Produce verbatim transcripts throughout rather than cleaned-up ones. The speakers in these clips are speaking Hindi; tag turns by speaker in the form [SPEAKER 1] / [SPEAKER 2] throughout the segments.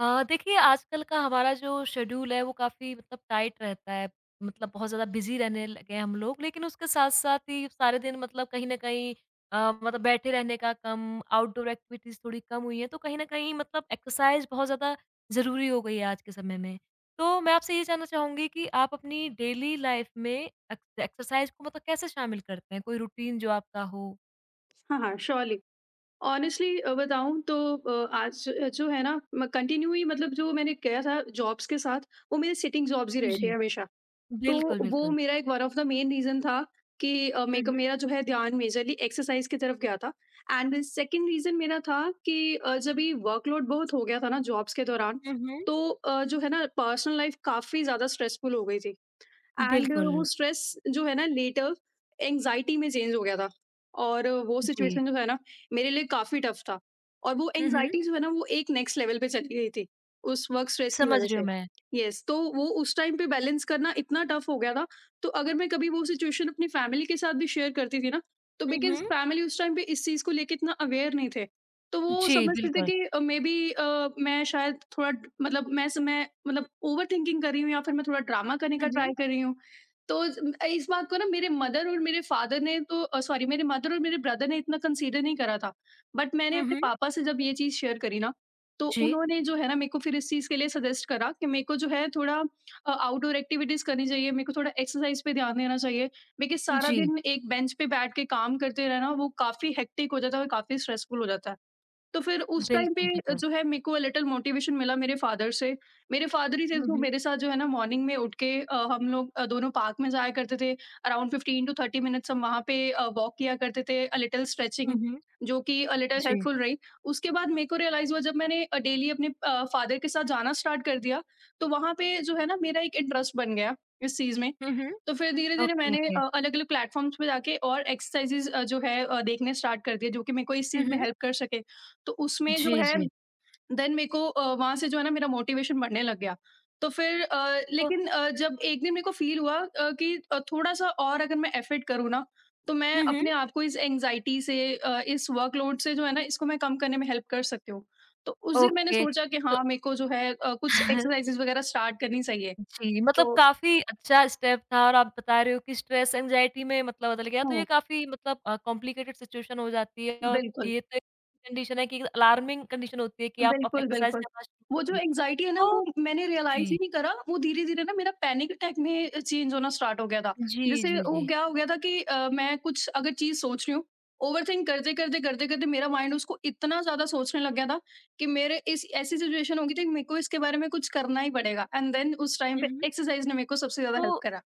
[SPEAKER 1] अ, देखिए आजकल का हमारा जो शेड्यूल है वो काफ़ी मतलब टाइट रहता है। मतलब बहुत ज़्यादा बिज़ी रहने लगे हैं हम लोग लेकिन उसके साथ-साथ ही सारे दिन मतलब कहीं न कहीं अ, मतलब बैठे रहने का कम, आउटडोर एक्टिविटीज़ थोड़ी कम हुई हैं, तो कहीं न कहीं मतलब एक्सरसाइज़ बहुत ज़्यादा ज़रूरी हो गई है आज के समय में। तो मैं आपसे ये जानना चाहूँगी कि आप अपनी डेली लाइफ़ में एक्स एक्सरसाइज़ को मतलब कैसे शामिल करते हैं? कोई रूटीन जो आपका हो?
[SPEAKER 2] हाँ, हाँ, श्योरली। ऑनेस्टली अ, बताऊँ तो अ, आज अ, जो है ना म कंटिन्यू ही मतलब जो मैंने किया था जॉब्स के साथ, वो मेरे सिटिंग जॉब्स ही रहे
[SPEAKER 1] जी।
[SPEAKER 2] थे हमेशा। तो
[SPEAKER 1] बिल्कुल,
[SPEAKER 2] वो
[SPEAKER 1] बिल्कुल।
[SPEAKER 2] मेरा एक one of the main reason था कि अ,
[SPEAKER 1] हुँ,
[SPEAKER 2] मेरे को
[SPEAKER 1] हुँ।
[SPEAKER 2] मेरा जो है ध्यान मेजरली एक्सरसाइज़ की तरफ गया था। एंड सेकंड रीज़न मेरा था कि अ, जब ये वर्कलोड बहुत हो गया था ना जॉब्स के दौरान,
[SPEAKER 1] हुँ, हुँ।
[SPEAKER 2] तो अ, जो है ना पर्सनल लाइफ़ काफ़ी ज़्यादा स्ट्रेसफुल हो गई थी। एंड
[SPEAKER 1] बिल्कुल।
[SPEAKER 2] वो स्ट्रेस जो है ना लेटर एंग्जाइटी में चेंज हो गया था, और uh, वो
[SPEAKER 1] जी।
[SPEAKER 2] सिचुएशन जो है ना मेरे लिए काफ़ी टफ था। और वो
[SPEAKER 1] हुँ, हुँ।
[SPEAKER 2] एंग्जाइटी जो है ना वो एक नेक्स्ट लेवल पे चली गई थी, उस वर्क स्ट्रेस की
[SPEAKER 1] समझ
[SPEAKER 2] वजह
[SPEAKER 1] रही
[SPEAKER 2] से।
[SPEAKER 1] हूँ मैं।
[SPEAKER 2] यस, तो वो उस टाइम पे बैलेंस करना इतना टफ हो गया था। तो अगर मैं कभी वो सिचुएशन अपनी फैमिली के साथ भी शेयर करती थी ना, तो
[SPEAKER 1] हुँ,
[SPEAKER 2] बिकॉज
[SPEAKER 1] हुँ।
[SPEAKER 2] फैमिली उस टाइम पे इस चीज़ को लेके इतना अवेयर नहीं थे। तो वो
[SPEAKER 1] जी,
[SPEAKER 2] समझते थे
[SPEAKER 1] बिल्कुल।
[SPEAKER 2] कि मे बी मैं शायद थोड़ा ड- मतलब मैं मैं मतलब ओवर थिंकिंग कर रही हूँ, या फिर मैं थोड़ा ड्रामा करने
[SPEAKER 1] हुँ,
[SPEAKER 2] का ट्राई
[SPEAKER 1] हुँ।
[SPEAKER 2] कर रही हूँ। तो इस इस बात को ना मेरे मदर और मेरे फादर ने, तो सॉरी, मेरे मदर और मेरे ब्रदर ने इतना कंसीडर नहीं करा था। बट मैंने
[SPEAKER 1] हुँ,
[SPEAKER 2] अपने
[SPEAKER 1] हुँ।
[SPEAKER 2] पापा से जब ये चीज़ शेयर करी ना, तो
[SPEAKER 1] जी,
[SPEAKER 2] उन्होंने जो है ना मेरे को फिर इस चीज़ के लिए सजेस्ट करा कि मेरे को जो है थोड़ा आउटडोर एक्टिविटीज़ करनी चाहिए, मेरे को थोड़ा एक्सरसाइज पे ध्यान देना चाहिए, क्योंकि सारा
[SPEAKER 1] जी।
[SPEAKER 2] दिन एक बेंच पे बैठ के काम करते रहना वो काफ़ी हेक्टिक हो जाता है और काफ़ी स्ट्रेसफुल हो जाता है। तो फिर उस टाइम पे
[SPEAKER 1] बिल्कुल, बिल्कुल।
[SPEAKER 2] जो है मेरे को लिटिल मोटिवेशन मिला मेरे फादर से। मेरे फादर ही थे
[SPEAKER 1] हुँ,
[SPEAKER 2] जो
[SPEAKER 1] हुँ।
[SPEAKER 2] मेरे साथ जो है ना मॉर्निंग में उठ के अ, हम लोग अ, दोनों पार्क में जाया करते थे। Around fifteen to thirty minutes हम वहाँ पे अ, वॉक किया करते थे, अ, लिटिल
[SPEAKER 1] हुँ,
[SPEAKER 2] स्ट्रेचिंग,
[SPEAKER 1] हुँ।
[SPEAKER 2] जो कि अ, लिटिल
[SPEAKER 1] जी।
[SPEAKER 2] हेल्पफुल रही। उसके बाद मेरे को रियलाइज़ हुआ, जब मैंने अ, डेली अपने अ, फादर के साथ जाना स्टार्ट कर दिया, तो वहाँ पे जो है ना मेरा एक इंटरेस्ट बन गया इस चीज़ में।
[SPEAKER 1] हुँ, हुँ।
[SPEAKER 2] तो फिर धीरे-धीरे
[SPEAKER 1] ओके,
[SPEAKER 2] मैंने
[SPEAKER 1] ओके।
[SPEAKER 2] अ, अलग-अलग प्लेटफ़ॉर्म्स पे जाके और एक्सरसाइज़ेज़ अ, जो है अ, देखने स्टार्ट कर दिए, जो कि मेरे को इस
[SPEAKER 1] हुँ,
[SPEAKER 2] चीज़ में
[SPEAKER 1] हुँ।
[SPEAKER 2] हेल्प कर सके। तो उसमें जो
[SPEAKER 1] जी,
[SPEAKER 2] है,
[SPEAKER 1] जी।
[SPEAKER 2] देन मेरे को अ, वहाँ से जो है ना मेरा मोटिवेशन बढ़ने लग गया। तो फिर अ,
[SPEAKER 1] तो
[SPEAKER 2] लेकिन अ, जब एक दिन मेरे को फ़ील हुआ अ, कि अ, थोड़ा-सा और अगर मैं एफ़र्ट करूँ ना, तो मैं
[SPEAKER 1] हुँ, हुँ।
[SPEAKER 2] अपने आप को इस एंग्ज़ायटी से, अ, इस वर्कलोड से, जो है ना इसको मैं कम करने में हेल्प कर सकती हूँ। तो उस दिन मैंने
[SPEAKER 1] ओके,
[SPEAKER 2] सोचा कि
[SPEAKER 1] तो
[SPEAKER 2] हाँ, मेरे को जो है अ, कुछ एक्सरसाइज़ेज़ वग़ैरह स्टार्ट करनी चाहिए।
[SPEAKER 1] जी, मतलब
[SPEAKER 2] तो
[SPEAKER 1] काफ़ी अच्छा स्टेप था और आप बता रहे हो कि स्ट्रेस एंग्ज़ायटी में मतलब बदल गया, तो
[SPEAKER 2] हुँ,
[SPEAKER 1] ये काफ़ी मतलब अ, कॉम्प्लिकेटेड सिचुएशन हो जाती है और
[SPEAKER 2] बिल्कुल।
[SPEAKER 1] ये तो एक कंडीशन है कि अलार्मिंग कंडीशन होती है कि आप अब
[SPEAKER 2] बिल्कुल,
[SPEAKER 1] एक्सरसाइज़
[SPEAKER 2] बिल्कुल।
[SPEAKER 1] करना शुरू
[SPEAKER 2] वो जो
[SPEAKER 1] करिए।
[SPEAKER 2] एंग्ज़ायटी है ना
[SPEAKER 1] तो
[SPEAKER 2] वो मैंने रियलाइज़ ही
[SPEAKER 1] जी।
[SPEAKER 2] नहीं करा, वो धीरे-धीरे ना मेरा पैनिक अटैक में अ, चेंज होना स्टार्ट हो गया था।
[SPEAKER 1] जी,
[SPEAKER 2] जैसे
[SPEAKER 1] जी,
[SPEAKER 2] वो
[SPEAKER 1] जी।
[SPEAKER 2] क्या हो गया था कि अ, मैं कुछ अगर चीज़ सोच रही हूँ, ओवरथिंक करते-करते, करते-करते मेरा माइंड उसको इतना ज़्यादा सोचने लग गया था कि मेरे इस ऐसी सिचुएशन हो गई थी कि मेरे को इसके बारे में कुछ करना ही पड़ेगा, एंड देन उस टाइम
[SPEAKER 1] हुँ,
[SPEAKER 2] पे
[SPEAKER 1] हुँ।
[SPEAKER 2] एक्सरसाइज़ ने मेरे को सबसे ज़्यादा हेल्प
[SPEAKER 1] तो
[SPEAKER 2] करा।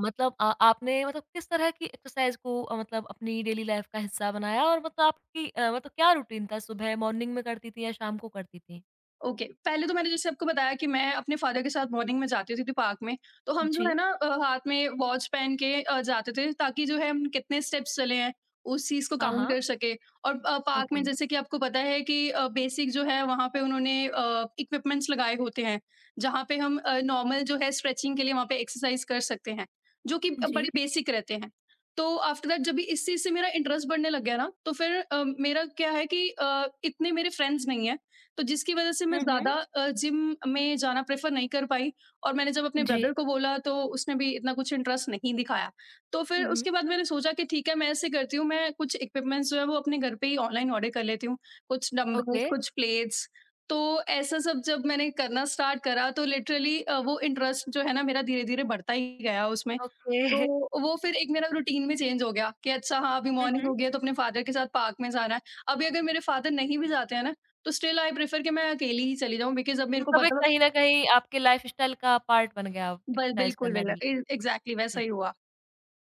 [SPEAKER 1] मतलब अ, आपने मतलब किस तरह की एक्सरसाइज को अ, मतलब अपनी डेली लाइफ का हिस्सा बनाया और मतलब आपकी अ, मतलब क्या रूटीन था? सुबह मॉर्निंग में करती थीं या शाम को करती थीं?
[SPEAKER 2] ओके। Okay. पहले तो मैंने जैसे आपको बताया कि मैं अपने फ़ादर के साथ मॉर्निंग में जाती होती थी पार्क में, तो हम जो
[SPEAKER 1] जी।
[SPEAKER 2] है ना अ, हाथ में वॉच पहन के अ, जाते थे, ताकि जो है हम कितने स्टेप्स चले हैं, उस चीज़ को
[SPEAKER 1] हाँ,
[SPEAKER 2] काउंट
[SPEAKER 1] हाँ।
[SPEAKER 2] कर सकें। और अ, पार्क
[SPEAKER 1] ओके।
[SPEAKER 2] में जैसे कि आपको पता है कि अ, बेसिक जो है वहाँ पे उन्होंने अ, इक्विपमेंट्स लगाए होते हैं, जहाँ पे हम अ, नॉर्मल जो है स्ट्रेचिंग के लिए वहाँ पे एक्सरसाइज़ कर सकते हैं, जो कि अ, बड़े
[SPEAKER 1] जी।
[SPEAKER 2] बेसिक रहते हैं। तो आफ्टर दैट जब भी इस चीज़ से मेरा इंटरेस्ट बढ़ने लग गया ना, तो फिर अ, मेरा क्या है कि अ, इतने मेरे फ्रेंड्स नहीं हैं, तो जिसकी वज़ह से मैं
[SPEAKER 1] हुँ,
[SPEAKER 2] ज़्यादा
[SPEAKER 1] हुँ।
[SPEAKER 2] अ, जिम में जाना प्रेफ़र नहीं कर पाई, और मैंने जब अपने
[SPEAKER 1] जी।
[SPEAKER 2] ब्रदर को बोला तो उसने भी इतना कुछ इंटरेस्ट नहीं दिखाया। तो फिर
[SPEAKER 1] हुँ, हुँ।
[SPEAKER 2] उसके बाद मैंने सोचा कि ठीक है, मैं ऐसे करती हूँ, मैं कुछ इक्विपमेंट्स जो है वो अपने घर पे ही ऑनलाइन ऑर्डर कर लेती हूँ। कुछ डम्बल्स,
[SPEAKER 1] ओके,
[SPEAKER 2] कुछ प्लेट्स। तो ऐसा सब जब मैंने करना स्टार्ट करा, तो लिटरली अ, वो इंटरेस्ट जो है ना मेरा धीरे-धीरे बढ़ता ही गया उसमें।
[SPEAKER 1] ओके।
[SPEAKER 2] तो वो फिर एक मेरा रूटीन भी चेंज हो गया कि अच्छा हाँ, अभी
[SPEAKER 1] हुँ,
[SPEAKER 2] मॉर्निंग
[SPEAKER 1] हुँ।
[SPEAKER 2] हो गई है, तो अपने फादर के साथ पार्क में जाना है। अभी अगर मेरे फादर नहीं भी जाते हैं ना, तो स्टिल आई प्रेफर कि मैं अकेली ही चली जाऊँ, बिकॉज़ अब मेरे को
[SPEAKER 1] मतलब एक
[SPEAKER 2] पता
[SPEAKER 1] कहीं न कहीं आपके लाइफ़स्टाइल का पार्ट बन गया
[SPEAKER 2] बि
[SPEAKER 1] एक्सरसाइज
[SPEAKER 2] बिल्कुल,
[SPEAKER 1] करना
[SPEAKER 2] बिल्कुल,
[SPEAKER 1] डेली।
[SPEAKER 2] ए एग्ज़ैक्टली वैसा
[SPEAKER 1] जी।
[SPEAKER 2] ही हुआ।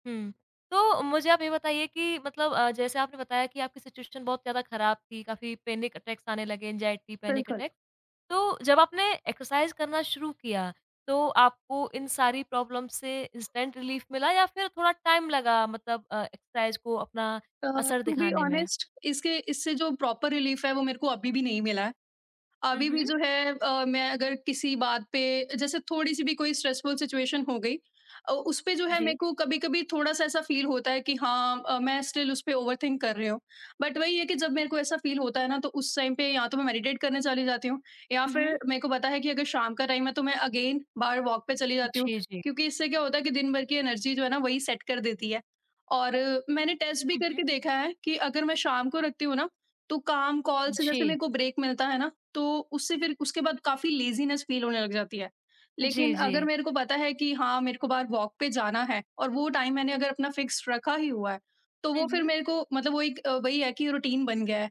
[SPEAKER 1] हुँ। तो मुझे आप ये बताइए कि मतलब अ, जैसे आपने बताया कि आपकी सिचुएशन बहुत ज़्यादा खराब थी, काफ़ी पैनिक अटैक्स आने लगे, एंग्ज़ायटी, पैनिक
[SPEAKER 2] बिल्कुल।
[SPEAKER 1] अटैक। तो जब आपने एक्सरसाइज करना शुरू किया, तो आपको इन सारी प्रॉब्लम से इंस्टेंट रिलीफ मिला या फिर थोड़ा टाइम लगा मतलब अ, एक्सरसाइज को अपना
[SPEAKER 2] अ,
[SPEAKER 1] असर
[SPEAKER 2] टू बी
[SPEAKER 1] दिखाने में?
[SPEAKER 2] ऑनेस्ट, इसके इससे जो प्रॉपर रिलीफ़ है वो मेरे को अभी भी नहीं मिला है।
[SPEAKER 1] हुँ,
[SPEAKER 2] अभी भी
[SPEAKER 1] हुँ।
[SPEAKER 2] जो है, अ, मैं अगर किसी बात पे, जैसे थोड़ी-सी भी कोई स्ट्रेसफुल सिचुएशन हो गई, अ, उस पे जो है
[SPEAKER 1] जी।
[SPEAKER 2] मेरे को कभी-कभी थोड़ा-सा ऐसा फ़ील होता है कि हाँ, अ, मैं स्टिल उस पे ओवरथिंक कर रही हूँ। बट वही है कि जब मेरे को ऐसा फ़ील होता है ना, तो उस टाइम पे या तो मैं मेडिटेट करने चली जाती हूँ, या
[SPEAKER 1] हुँ, हुँ।
[SPEAKER 2] फिर मेरे को पता है कि अगर शाम का टाइम है तो मैं अगेन बाहर वॉक पे चली जाती हूँ।
[SPEAKER 1] जी, जी।
[SPEAKER 2] क्योंकि इससे क्या होता है कि दिन भर की एनर्जी जो है ना वही सेट कर देती है। और अ, मैंने टेस्ट भी
[SPEAKER 1] हुँ, हुँ।
[SPEAKER 2] करके देखा है कि अगर मैं शाम को रखती हूँ ना, तो काम कॉल से जैसे मेरे
[SPEAKER 1] जी।
[SPEAKER 2] को ब्रेक मिलता है ना, तो उससे फिर उसके बाद काफ़ी लेज़ीनेस फ़ील होने लग जाती है।
[SPEAKER 1] जी,
[SPEAKER 2] लेकिन
[SPEAKER 1] जी।
[SPEAKER 2] अगर मेरे को पता है कि हाँ, मेरे को बाहर वॉक पे जाना है, और वो टाइम मैंने अगर अपना फ़िक्स रखा ही हुआ है, तो वो
[SPEAKER 1] हुँ,
[SPEAKER 2] फिर
[SPEAKER 1] हुँ।
[SPEAKER 2] मेरे को मतलब वो एक अ, वही है कि रूटीन बन गया है।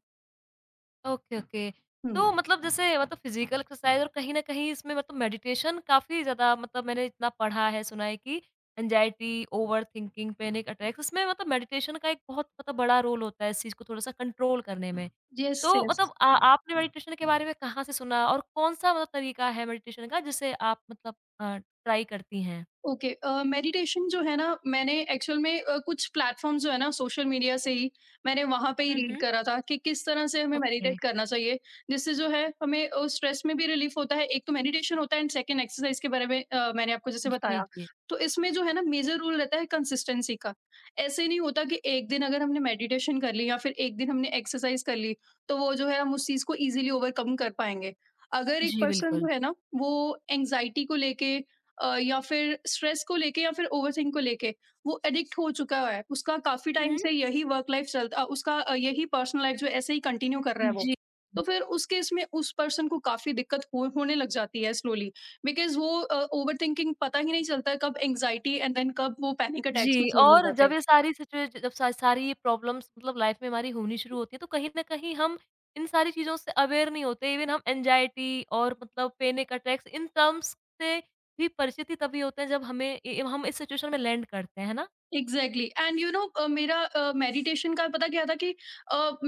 [SPEAKER 1] Okay, okay.
[SPEAKER 2] हुँ।
[SPEAKER 1] तो मतलब जैसे मतलब फिज़िकल एक्सरसाइज़ और कहीं न कहीं इसमें मतलब मेडिटेशन काफ़ी ज़्यादा मतलब मैंने इतना पढ़ा है, सुना है कि एंग्जायटी, ओवरथिंकिंग, पैनिक अटैक्स इसमें मतलब मेडिटेशन का एक बहुत मतलब बड़ा रोल होता है इस चीज़ को थोड़ा-सा कंट्रोल करने में।
[SPEAKER 2] यस,
[SPEAKER 1] तो
[SPEAKER 2] यस।
[SPEAKER 1] मतलब आ आपने मेडिटेशन के बारे में कहाँ से सुना और कौन-सा मतलब तरीका है मेडिटेशन का जिसे आप मतलब अ, ट्राई करती हैं?
[SPEAKER 2] ओके अ, मेडिटेशन जो है ना, मैंने एक्चुअल में अ, कुछ प्लेटफ़ॉर्म्स जो है ना सोशल मीडिया से ही मैंने वहाँ पे ही
[SPEAKER 1] हुँ,
[SPEAKER 2] रीड
[SPEAKER 1] हुँ।
[SPEAKER 2] करा था कि किस तरह से हमें
[SPEAKER 1] ओके।
[SPEAKER 2] मेडिटेट करना चाहिए। जिससे जो है हमें अ, स्ट्रेस में भी रिलीफ़ होता है। एक तो मेडिटेशन होता है, एंड सेकंड एक्सरसाइज़ के बारे में अ, मैंने आपको जैसे
[SPEAKER 1] जी,
[SPEAKER 2] बताया।
[SPEAKER 1] जी।
[SPEAKER 2] तो इसमें जो है ना मेजर रूल रहता है कंसिस्टेंसी का। ऐसे नहीं होता कि एक दिन अगर हमने मेडिटेशन कर ली या फिर एक दिन हमने एक्सरसाइज़ कर ली, तो वो जो है हम उस चीज़ को ईज़िली ओवरकम कर पाएँगे। अगर एक
[SPEAKER 1] जी,
[SPEAKER 2] पर्सन जो
[SPEAKER 1] बिल्कुल।
[SPEAKER 2] है ना वो एंग्ज़ायटी को लेके, अ, या फिर स्ट्रेस को लेके, या फिर ओवरथिंक को लेके वो एडिक्ट हो चुका है। उसका काफ़ी
[SPEAKER 1] हुँ,
[SPEAKER 2] टाइम
[SPEAKER 1] हुँ।
[SPEAKER 2] से यही वर्क लाइफ चल अ, उसका अ, यही पर्सनल लाइफ जो ऐसे ही कंटिन्यू कर रहा है वो।
[SPEAKER 1] जी।
[SPEAKER 2] तो फिर उस केस में उस पर्सन को काफ़ी दिक्कत हो होने लग जाती है स्लोली, बिकॉज़ वो अ, ओवरथिंकिंग पता ही नहीं चलता है कब एंग्ज़ायटी एंड देन कब वो पैनिक अटैक्स में
[SPEAKER 1] जी,
[SPEAKER 2] चले
[SPEAKER 1] और
[SPEAKER 2] जाते
[SPEAKER 1] जब
[SPEAKER 2] हैं।
[SPEAKER 1] ये सारी सिचुएश जब सा सारी ये प्रॉब्लम्स मतलब लाइफ़ में हमारी होनी शुरू होती है, तो कहीं न कहीं हम इन सारी चीज़ों से अवेयर नहीं होते। इवन हम एंग्जायटी और मतलब पैनिक अटैक्स इन टर्म्स से भी परिचित ही तभी होते हैं जब हमें ए हम इस सिचुएशन में लैंड करते हैं, है ना?
[SPEAKER 2] एग्जैक्टली, एंड यू नो मेरा मेडिटेशन का पता क्या था कि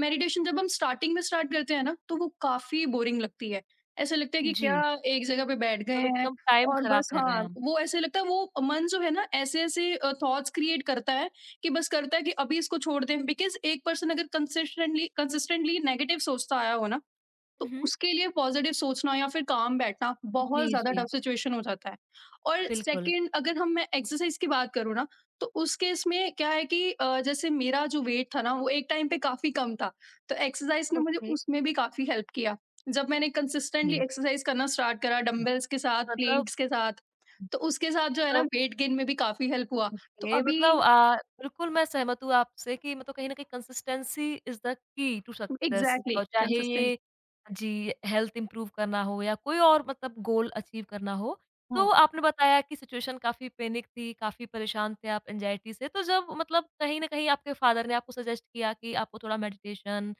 [SPEAKER 2] मेडिटेशन जब हम स्टार्टिंग में स्टार्ट करते हैं ना, तो वो काफी बोरिंग लगती है, ऐसे लगता है कि क्या
[SPEAKER 1] जी,
[SPEAKER 2] एक जगह पे बैठ गए
[SPEAKER 1] तब
[SPEAKER 2] हैं,
[SPEAKER 1] एकदम टाइम
[SPEAKER 2] और
[SPEAKER 1] ख़राब
[SPEAKER 2] बस
[SPEAKER 1] कर रहे
[SPEAKER 2] हाँ
[SPEAKER 1] हैं हम।
[SPEAKER 2] वो ऐसे लगता है, वो मन जो है ना ऐसे ऐसे थॉट्स क्रिएट करता है कि बस करता है कि अभी इसको छोड़ दें, बिकॉज एक पर्सन अगर कंसिस्टेंटली कंसिस्टेंटली नेगेटिव सोचता आया हो ना,
[SPEAKER 1] हुँ,
[SPEAKER 2] तो
[SPEAKER 1] हुँ।
[SPEAKER 2] उसके लिए पॉज़िटिव सोचना या फिर काम बैठना
[SPEAKER 1] जी,
[SPEAKER 2] बहुत ज़्यादा
[SPEAKER 1] जी।
[SPEAKER 2] टफ़ सिचुएशन हो जाता है। और
[SPEAKER 1] बिल्कुल।
[SPEAKER 2] सेकंड अगर हम मैं एक्सरसाइज़ की बात करूँ ना, तो उस केस में क्या है कि अ, जैसे मेरा जो वेट था ना वो एक टाइम पे काफ़ी कम था, तो एक्सरसाइज़ ने मुझे
[SPEAKER 1] ओके।
[SPEAKER 2] उसमें भी काफ़ी हेल्प किया। जब मैंने कंसिस्टेंटली
[SPEAKER 1] जी,
[SPEAKER 2] एक्सरसाइज़ करना स्टार्ट करा डंबल्स के साथ,
[SPEAKER 1] मतलब
[SPEAKER 2] प्लेट्स के साथ, तो
[SPEAKER 1] जी।
[SPEAKER 2] उसके साथ जो है ना
[SPEAKER 1] मतलब
[SPEAKER 2] वेट गेन में भी काफ़ी हेल्प हुआ। तो
[SPEAKER 1] ओके,
[SPEAKER 2] अभी
[SPEAKER 1] मतलब अ, बिल्कुल मैं सहमत हूँ आपसे कि मतलब कहीं न कहीं consistency is the key to success
[SPEAKER 2] exactly
[SPEAKER 1] और चाहे
[SPEAKER 2] कंसिस्टेंट।
[SPEAKER 1] ये जी, हेल्थ इम्प्रूव करना हो या कोई और मतलब गोल अचीव करना हो।
[SPEAKER 2] हुँ,
[SPEAKER 1] तो आपने बताया कि सिचुएशन काफ़ी पैनिक थी, काफ़ी परेशान थे आप एंग्जायटी से, तो जब मतलब कहीं न कहीं आपके फादर ने आपको सजेस्ट किया कि आपको थोड़ा मेडिटेशन,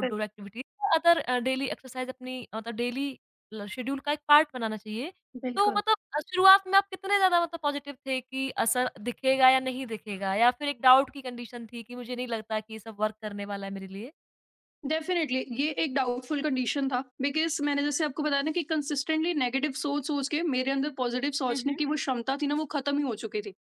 [SPEAKER 2] बिल्क
[SPEAKER 1] एक्टिविटी, अदर अ, डेली एक्सरसाइज़ अपनी मतलब डेली ल शेड्यूल का एक पार्ट बनाना चाहिए। तो
[SPEAKER 2] बिल्कुल।
[SPEAKER 1] मतलब अ, शुरुआत में आप कितने ज़्यादा मतलब पॉज़िटिव थे कि असर दिखेगा या नहीं दिखेगा? या फिर एक डाउट की कंडीशन थी कि मुझे नहीं लगता कि ये सब वर्क करने वाला है मेरे लिए?
[SPEAKER 2] डेफ़िनेटली, ये एक डाउटफुल कंडीशन था बिकॉज़ मैंने जैसे आपको बताया ना कि कंसिस्टेंटली नेगेटिव सोच-सोच के मेरे अंदर पॉज़िटिव
[SPEAKER 1] हुँ,
[SPEAKER 2] सोचने
[SPEAKER 1] हुँ।
[SPEAKER 2] की वो क्षमता थी ना वो ख़त्म ही हो चुकी थी।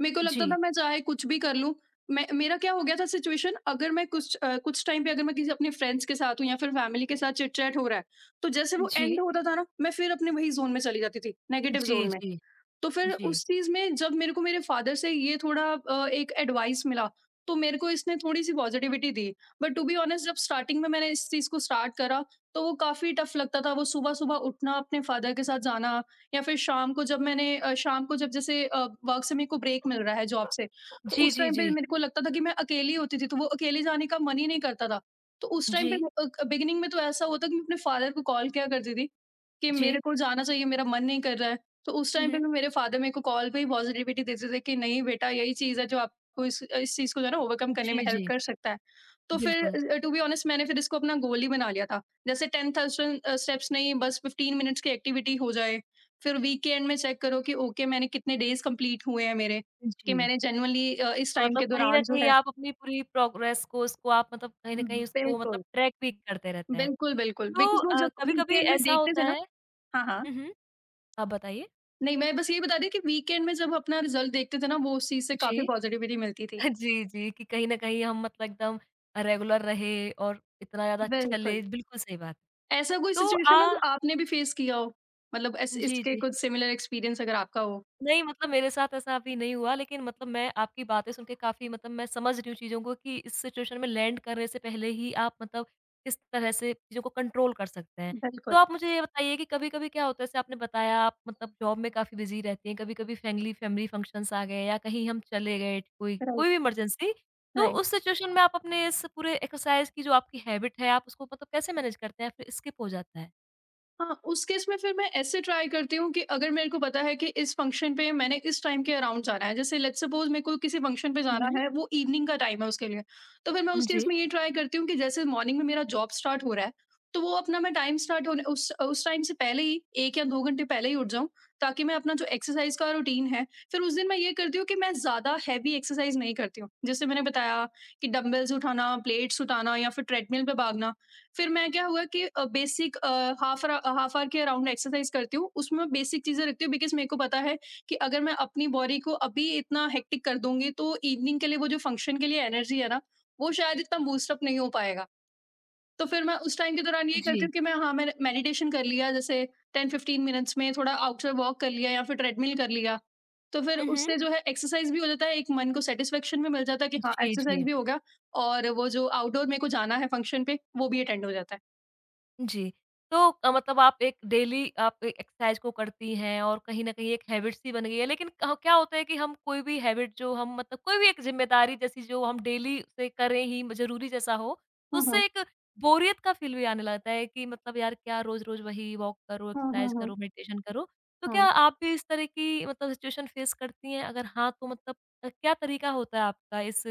[SPEAKER 2] मेरे को
[SPEAKER 1] जी,
[SPEAKER 2] लगता था मैं चाहे कुछ भी कर लूँ, मैं मेरा क्या हो गया था सिचुएशन, अगर मैं कुछ अ, कुछ टाइम पे अगर मैं किसी अपने फ्रेंड्स के साथ हूँ या फिर फ़ैमिली के साथ चिट-चैट हो रहा है, तो जैसे वो एंड
[SPEAKER 1] जी,
[SPEAKER 2] होता था ना, मैं फिर अपने वही ज़ोन में चली जाती थी, नेगेटिव
[SPEAKER 1] जी,
[SPEAKER 2] ज़ोन में।
[SPEAKER 1] जी,
[SPEAKER 2] तो फिर
[SPEAKER 1] जी।
[SPEAKER 2] उस चीज़ में जब मेरे को मेरे फादर से ये थोड़ा अ, एक एडवाइस मिला, तो मेरे को इसने थोड़ी-सी पॉज़िटिविटी दी। बट टू बी ऑनेस्ट जब स्टार्टिंग में मैंने इस चीज़ को स्टार्ट करा, तो वो काफ़ी टफ लगता था। वो सुबह-सुबह उठना, अपने फादर के साथ जाना या फिर शाम को जब मैंने अ, शाम को जब जैसे अ, वर्क से मेरे को ब्रेक मिल रहा है जॉब से, तो
[SPEAKER 1] जी,
[SPEAKER 2] उस
[SPEAKER 1] जी,
[SPEAKER 2] टाइम
[SPEAKER 1] जी,
[SPEAKER 2] पे मेरे को लगता था कि मैं अकेली होती थी, तो वो अकेले जाने का मन ही नहीं करता था। तो उस टाइम पे
[SPEAKER 1] जी,
[SPEAKER 2] अ, बिगिनिंग में तो ऐसा हुआ था कि मैं अपने फादर को कॉल किया करती थी, कि
[SPEAKER 1] जी।
[SPEAKER 2] मेरे को जाना चाहिए, मेरा मन नहीं कर रहा है। तो उस
[SPEAKER 1] हुँ,
[SPEAKER 2] टाइम पे
[SPEAKER 1] हुँ।
[SPEAKER 2] भी मेरे फादर मेरे को कॉल पे ही पॉज़िटिविटी देते थे कि नहीं बेटा यही चीज़ है जो आपको इस इस चीज़ को जो है ना ओवरकम करने में
[SPEAKER 1] जी,
[SPEAKER 2] हेल्प
[SPEAKER 1] जी,
[SPEAKER 2] कर सकता है। तो फिर
[SPEAKER 1] बिल्कुल।
[SPEAKER 2] अ, टू बी ऑनेस्ट मैंने फिर इसको अपना गोल ही बना लिया था। जैसे दस हज़ार अ, स्टेप्स नहीं बस फ़िफ़्टीन मिनट्स की एक्टिविटी हो जाए। फिर वीक के एंड में चेक करो कि ओके मैंने कितने डेज़ कंप्लीट हुए हैं मेरे, कि
[SPEAKER 1] जी।
[SPEAKER 2] मैंने जेन्युइनली अ, इस टाइम
[SPEAKER 1] मतलब
[SPEAKER 2] के
[SPEAKER 1] कहीं न
[SPEAKER 2] दौरान जो
[SPEAKER 1] कहीं
[SPEAKER 2] है
[SPEAKER 1] आप अपनी पूरी प्रोग्रेस को उसको आप मतलब कहीं न कहीं उसको मतलब
[SPEAKER 2] बिल्कुल,
[SPEAKER 1] ट्रैक भी करते रहते हैं।
[SPEAKER 2] बिल्कुल, बिल्कुल।
[SPEAKER 1] तो
[SPEAKER 2] बिकॉज़ वो
[SPEAKER 1] अ,
[SPEAKER 2] जब
[SPEAKER 1] कभी-कभी
[SPEAKER 2] वीकेंड में
[SPEAKER 1] ऐसा
[SPEAKER 2] देखते
[SPEAKER 1] होता
[SPEAKER 2] थे ना
[SPEAKER 1] है
[SPEAKER 2] हाँ, हाँ।
[SPEAKER 1] हुँ, हुँ। आप बताइए।
[SPEAKER 2] नहीं, मैं बस यही बता रही हूँ कि वीकेंड में जब अपना रिज़ल्ट देखते थे ना, वो उस चीज़ से काफ़ी
[SPEAKER 1] जी।
[SPEAKER 2] पॉज़िटिविटी मिलती थी।
[SPEAKER 1] जी, जी, कि कहीं न कहीं हम मतलब एकदम रेगुलर रहे और इतना ज़्यादा चले
[SPEAKER 2] बिल्कुल।
[SPEAKER 1] बिल्कुल सही बात।
[SPEAKER 2] ऐसा कोई
[SPEAKER 1] तो
[SPEAKER 2] सिचुएशन है जो
[SPEAKER 1] आ
[SPEAKER 2] आपने भी फ़ेस किया हो? मतलब इस
[SPEAKER 1] जी,
[SPEAKER 2] इसके
[SPEAKER 1] जी।
[SPEAKER 2] कुछ सिमिलर एक्सपीरियंस अगर आपका हो?
[SPEAKER 1] नहीं, मतलब मेरे साथ ऐसा अभी नहीं हुआ, लेकिन मतलब मैं आपकी बातें सुन के काफ़ी मतलब मैं समझ रही हूँ चीज़ों को कि इस सिचुएशन में लैंड करने से पहले ही आप मतलब किस तरह से चीज़ों को कंट्रोल कर सकते हैं।
[SPEAKER 2] बिल्कुल,
[SPEAKER 1] तो आप मुझे ये बताइए कि कभी-कभी क्या होता है, जैसे आपने बताया आप मतलब जॉब में काफ़ी बिज़ी रहती हैं, कभी-कभी फैमिली फैमिली फंक्शन्स आ गए या कहीं हम चले गए, कोई कोई
[SPEAKER 2] राइट,
[SPEAKER 1] भी इमरजेंसी, तो
[SPEAKER 2] राइट।
[SPEAKER 1] उस सिचुएशन में आप अपने इस पूरे एक्सरसाइज़ की जो आपकी हैबिट है, आप उसको मतलब कैसे मैनेज करते हैं या फिर स्किप हो जाता है?
[SPEAKER 2] हाँ, उस केस में फिर मैं ऐसे ट्राई करती हूँ कि अगर मेरे को पता है कि इस फंक्शन पे मैंने इस टाइम के अराउंड जाना है जैसे लेट्स सपोज मेरे को किसी फंक्शन पे
[SPEAKER 1] हुँ,
[SPEAKER 2] जाना
[SPEAKER 1] हुँ।
[SPEAKER 2] है वो इवनिंग का टाइम है उसके लिए तो फिर मैं उस केस
[SPEAKER 1] जी।
[SPEAKER 2] में ये ट्राई करती हूँ कि जैसे मॉर्निंग में मेरा जॉब स्टार्ट हो रहा है तो वो अपना मैं टाइम स्टार्ट होने उस उस टाइम से पहले ही एक या दो घंटे पहले ही उठ जाऊँ ताकि मैं अपना जो एक्सरसाइज का रूटीन है फिर उस दिन मैं ये करती हूँ कि मैं ज्यादा हैवी एक्सरसाइज नहीं करती हूँ जैसे मैंने बताया कि डंबल्स उठाना प्लेट्स उठाना या फिर ट्रेडमिल पे भागना फिर मैं क्या हुआ कि अ, बेसिक अ, हाफ र हाफ आवर के अराउंड एक्सरसाइज करती हूँ। उसमें बेसिक चीज़ें रखती हूँ बिकॉज़ मेरे को पता है कि अगर मैं अपनी बॉडी को अभी इतना हेक्टिक कर दूँगी तो इवनिंग के लिए वो जो फंक्शन के लिए एनर्जी है ना, वो शायद इतना बूस्ट अप नहीं हो पाएगा। तो फिर मैं उस टाइम के दौरान ये करती
[SPEAKER 1] जी।
[SPEAKER 2] हूँ कि मैं हाँ, मैंने मेडिटेशन कर लिया जैसे टेन टू फ़िफ़्टीन मिनट्स में थोड़ा आउटसाइड वॉक कर लिया या फिर ट्रेडमिल कर लिया। तो फिर
[SPEAKER 1] हुँ, हुँ।
[SPEAKER 2] उससे जो है एक्सरसाइज भी हो जाता है, एक मन को सैटिस्फैक्शन भी मिल जाता है कि हाँ,
[SPEAKER 1] जी,
[SPEAKER 2] एक्सरसाइज
[SPEAKER 1] जी।
[SPEAKER 2] भी हो गया और वो जो आउटडोर मेरे को जाना है फंक्शन पे, वो भी अटेंड हो जाता है।
[SPEAKER 1] जी। तो अ, मतलब आप एक डेली आप ए एक्सरसाइज़ को करती हैं और कहीं न कहीं एक हैबिट सी बन गई है। लेकिन कह क्या होता है कि हम कोई भी हैबिट जो हम मतलब कोई भी एक ज़िम्मेदारी जैसी जो हम डेली उसे करें ही म ज़रूरी जैसा हो, तो
[SPEAKER 2] 嗯哼，
[SPEAKER 1] उससे एक बोरियत का फ़ील भी आने लगता है कि मतलब यार क्या रोज़-रोज़ वही वॉक करो,
[SPEAKER 2] 嗯哼
[SPEAKER 1] एक्सरसाइज़
[SPEAKER 2] 哼，
[SPEAKER 1] करो, मेडिटेशन करो। तो क्या
[SPEAKER 2] 嗯。
[SPEAKER 1] आप भी इस तरह की मतलब सिचुएशन फ़ेस करती हैं? अगर हाँ, तो मतलब अ, क्या तरीका होता है आपका इस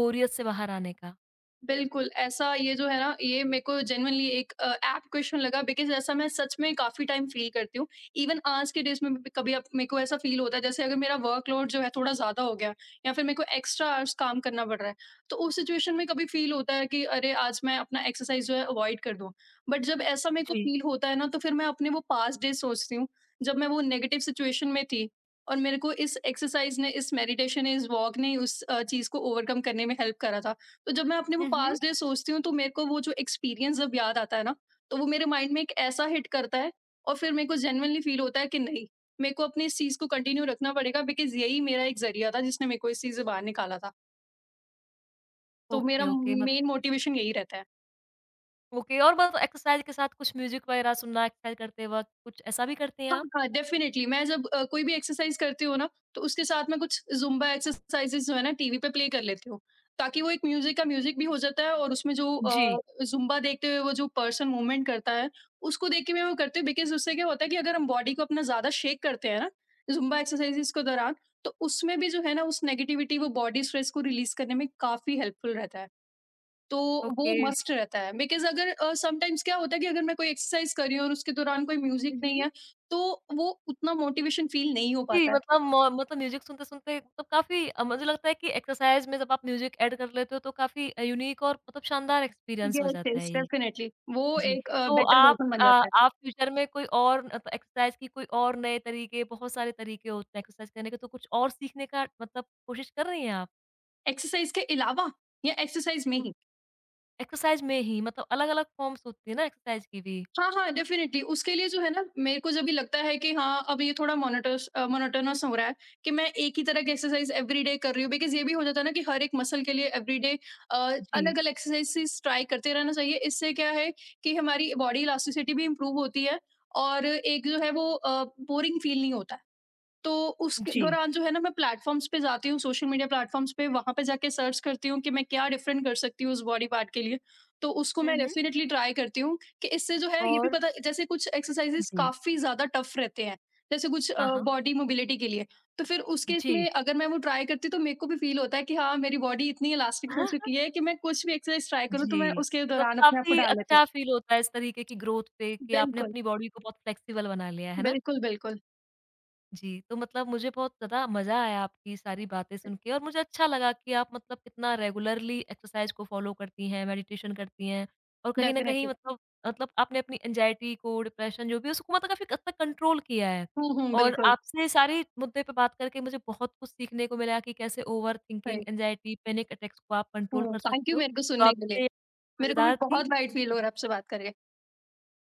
[SPEAKER 1] बोरियत से बाहर आने का?
[SPEAKER 2] बिल्कुल, ऐसा ये जो है ना, ये मेरे को जेन्युइनली एक अ, ऐप्ट क्वेश्चन लगा बिकॉज़ ऐसा मैं सच में काफ़ी टाइम फ़ील करती हूँ। इवन आज के डेज़ में भी कभी अब मेरे को ऐसा फ़ील होता है जैसे अगर मेरा वर्कलोड जो है थोड़ा ज़्यादा हो गया या फिर मेरे को एक्स्ट्रा आवर्स काम करना पड़ रहा है, तो उस सिचुएशन में कभी फ़ील होता है कि अरे! आज मैं अपना एक्सरसाइज़ जो है अवॉइड कर दूँ। बट जब ऐसा मेरे को
[SPEAKER 1] जी।
[SPEAKER 2] फ़ील होता है ना, तो फिर मैं अपने वो पास्ट डेज़ सोचती हूँ, जब मैं वो नेगेटिव सिचुएशन में थी और मेरे को इस एक्सरसाइज़ ने, इस मेडिटेशन ने, इस वॉक ने उस अ, चीज़ को ओवरकम करने में हेल्प करा था। तो जब मैं अपने वो
[SPEAKER 1] हुँ, हुँ।
[SPEAKER 2] पास्ट डे सोचती हूँ तो मेरे को वो जो एक्सपीरियंस जब याद आता है ना, तो वो मेरे माइंड में एक ऐसा हिट करता है और फिर मेरे को जेन्युइनली फ़ील होता है कि नहीं, मेरे को अपने इस चीज़ को कंटिन्यू रखना पड़ेगा बिकॉज़ यही मेरा एक ज़रिया था जिसने मेरे को इस चीज़ से बाहर निकाला था। तो मेरा
[SPEAKER 1] ओके, ओके मत
[SPEAKER 2] मेन मोटिवेशन यही रहता है।
[SPEAKER 1] ओके और बस एक्सरसाइज़ के साथ कुछ म्यूज़िक वगैरह सुनना, एक्सरसाइज़ करते वक़्त, कुछ ऐसा भी करते हैं
[SPEAKER 2] हाँ,
[SPEAKER 1] आप?
[SPEAKER 2] हाँ, डेफ़िनेटली मैं जब अ, कोई भी एक्सरसाइज़ करती हूँ ना, तो उसके साथ में कुछ ज़ुम्बा एक्सरसाइज़ेज़ जो है ना टीवी पे प्ले कर लेती हूँ, ताकि वो एक म्यूज़िक का म्यूज़िक भी हो जाता है और उसमें जो
[SPEAKER 1] जी।
[SPEAKER 2] अ, ज़ुम्बा देखते हुए वो जो पर्सन मूवमेंट करता है, उसको देख के मैं वो करती हूँ बिकॉज़ उससे क्या होता है कि अगर हम बॉडी को अपना ज़्यादा शेक करते हैं ना, ज़ुम्बा एक्सरसाइज़ेज़ के दौरान, तो उसमें भी जो है ना उस नेगेटिविटी वो बॉडी स्ट्रेस को रिलीज़ करने में काफ़ी हेल्पफुल रहता है। तो वो
[SPEAKER 1] ओके।
[SPEAKER 2] मस्ट रहता है बिकॉज़ अगर अ, समटाइम्स क्या होता है कि अगर मैं कोई एक्सरसाइज़ कर रही हूँ और उसके दौरान कोई म्यूज़िक
[SPEAKER 1] हुँ,
[SPEAKER 2] नहीं
[SPEAKER 1] हुँ।
[SPEAKER 2] है, तो वो उतना मोटिवेशन फ़ील नहीं हो
[SPEAKER 1] जी,
[SPEAKER 2] पाता है।
[SPEAKER 1] मतलब म मतलब म्यूज़िक सुनते-सुनते मतलब काफ़ी अ, मुझे लगता है कि एक्सरसाइज़ में जब आप म्यूज़िक ऐड कर लेते हो तो काफ़ी अ, यूनिक और मतलब शानदार एक्सपीरियंस हो
[SPEAKER 2] यस,
[SPEAKER 1] जाता
[SPEAKER 2] यस,
[SPEAKER 1] है ये।
[SPEAKER 2] डेफ़िनिटली वो
[SPEAKER 1] जी,
[SPEAKER 2] एक अ,
[SPEAKER 1] तो
[SPEAKER 2] बेटर
[SPEAKER 1] आप
[SPEAKER 2] वर्ज़न बन
[SPEAKER 1] अ,
[SPEAKER 2] जाता है,
[SPEAKER 1] आप फ्यूचर में कोई और मतलब एक्सरसाइज़ की कोई और नए तरीके बहुत सारे तरीके होते हैं एक्सरसाइज़ करने के, तो कुछ और सीखने का मतलब कोशिश कर रही हैं आप?
[SPEAKER 2] एक्सरसाइज़ के अलावा या एक्सरसाइज़ में
[SPEAKER 1] हुँ,
[SPEAKER 2] ही।
[SPEAKER 1] एक्सरसाइज़ में ही मतलब अलग-अलग फ़ॉर्म्स होती है ना एक्सरसाइज़ की भी।
[SPEAKER 2] हाँ, हाँ, डेफ़िनिटली उसके लिए जो है ना मेरे को जब भी लगता है कि हाँ, अब ये थोड़ा मोनोटस अ, मोनोटोनस हो रहा है कि मैं एक ही तरह की एक्सरसाइज़ एवरीडे कर रही हूँ बिकॉज़ ये भी हो जाता है ना कि हर एक मसल के लिए एवरीडे अ,
[SPEAKER 1] जी,
[SPEAKER 2] अलग-अलग एक्सरसाइज़ेज़ ट्राई करते रहना चाहिए। इससे क्या है कि हमारी बॉडी इलास्टिसिटी भी इम्प्रूव होती है और एक जो है वो अ, बोरिंग फ़ील नहीं होता है। तो उसके
[SPEAKER 1] जी।
[SPEAKER 2] दौरान जो है ना मैं प्लेटफ़ॉर्म्स पे जाती हूँ, सोशल मीडिया प्लेटफ़ॉर्म्स पे वहाँ पे जाके सर्च करती हूँ कि मैं क्या डिफ़रेंट कर सकती हूँ उस बॉडी पार्ट के लिए। तो उसको
[SPEAKER 1] हुँ,
[SPEAKER 2] मैं
[SPEAKER 1] हुँ।
[SPEAKER 2] डेफ़िनेटली ट्राई करती हूँ कि इससे जो है ये भी
[SPEAKER 1] और
[SPEAKER 2] पता जैसे कुछ एक्सरसाइज़ेज़
[SPEAKER 1] जी।
[SPEAKER 2] काफ़ी ज़्यादा टफ़ रहते हैं, जैसे कुछ अ,
[SPEAKER 1] हाँ, हाँ।
[SPEAKER 2] बॉडी मोबिलिटी के लिए। तो फिर उस केस
[SPEAKER 1] जी।
[SPEAKER 2] में अगर मैं वो ट्राई करती हूँ तो मेरे को भी फ़ील होता है कि हाँ, मेरी बॉडी इतनी इलास्टिक हो चुकी है कि मैं कुछ भी एक्सरसाइज़ ट्राई करूँ तो मैं
[SPEAKER 1] जी।
[SPEAKER 2] उसके
[SPEAKER 1] तो
[SPEAKER 2] दौरान अपने आप को
[SPEAKER 1] काफ़ी
[SPEAKER 2] डाल लेती हूँ।
[SPEAKER 1] अच्छा फ़ील होता है इस तरीके की ग्रोथ पे कि आपने
[SPEAKER 2] बिल्कुल,
[SPEAKER 1] अपनी बॉडी को बहुत फ्लेक्सिबल बना लिया है ना?
[SPEAKER 2] बिल्कुल, बिल्कुल।
[SPEAKER 1] जी, तो मतलब मुझे बहुत ज़्यादा मज़ा आया आपकी सारी बातें सुन के और मुझे अच्छा लगा कि आप मतलब कितना रेगुलरली एक्सरसाइज़ को फ़ॉलो करती हैं, मेडिटेशन करती हैं और कहीं न कहीं
[SPEAKER 2] डेफ़िनेटली।
[SPEAKER 1] मतलब मतलब आपने अपनी एंग्जायटी को, डिप्रेशन जो भी है उसको मतलब काफ़ी हद तक कंट्रोल किया है।
[SPEAKER 2] हुँ, हुँ,
[SPEAKER 1] और
[SPEAKER 2] बिल्कुल।
[SPEAKER 1] आपसे सारे मुद्दे पे बात करके मुझे बहुत कुछ सीखने को मिला कि कैसे ओवर थिंकिंग,
[SPEAKER 2] सही।
[SPEAKER 1] एंग्जायटी, पैनिक अटैक्स को आप कंट्रोल
[SPEAKER 2] हुँ,
[SPEAKER 1] कर
[SPEAKER 2] थैंक यू
[SPEAKER 1] सकते हो।
[SPEAKER 2] मेरे को
[SPEAKER 1] तो
[SPEAKER 2] सुनने के लिए।
[SPEAKER 1] आपसे
[SPEAKER 2] मेरे को भी
[SPEAKER 1] मज़ेदार थी।
[SPEAKER 2] बहुत लाइट
[SPEAKER 1] थैंक
[SPEAKER 2] फ़ील हो रहा
[SPEAKER 1] यू।
[SPEAKER 2] है आपसे बात करके।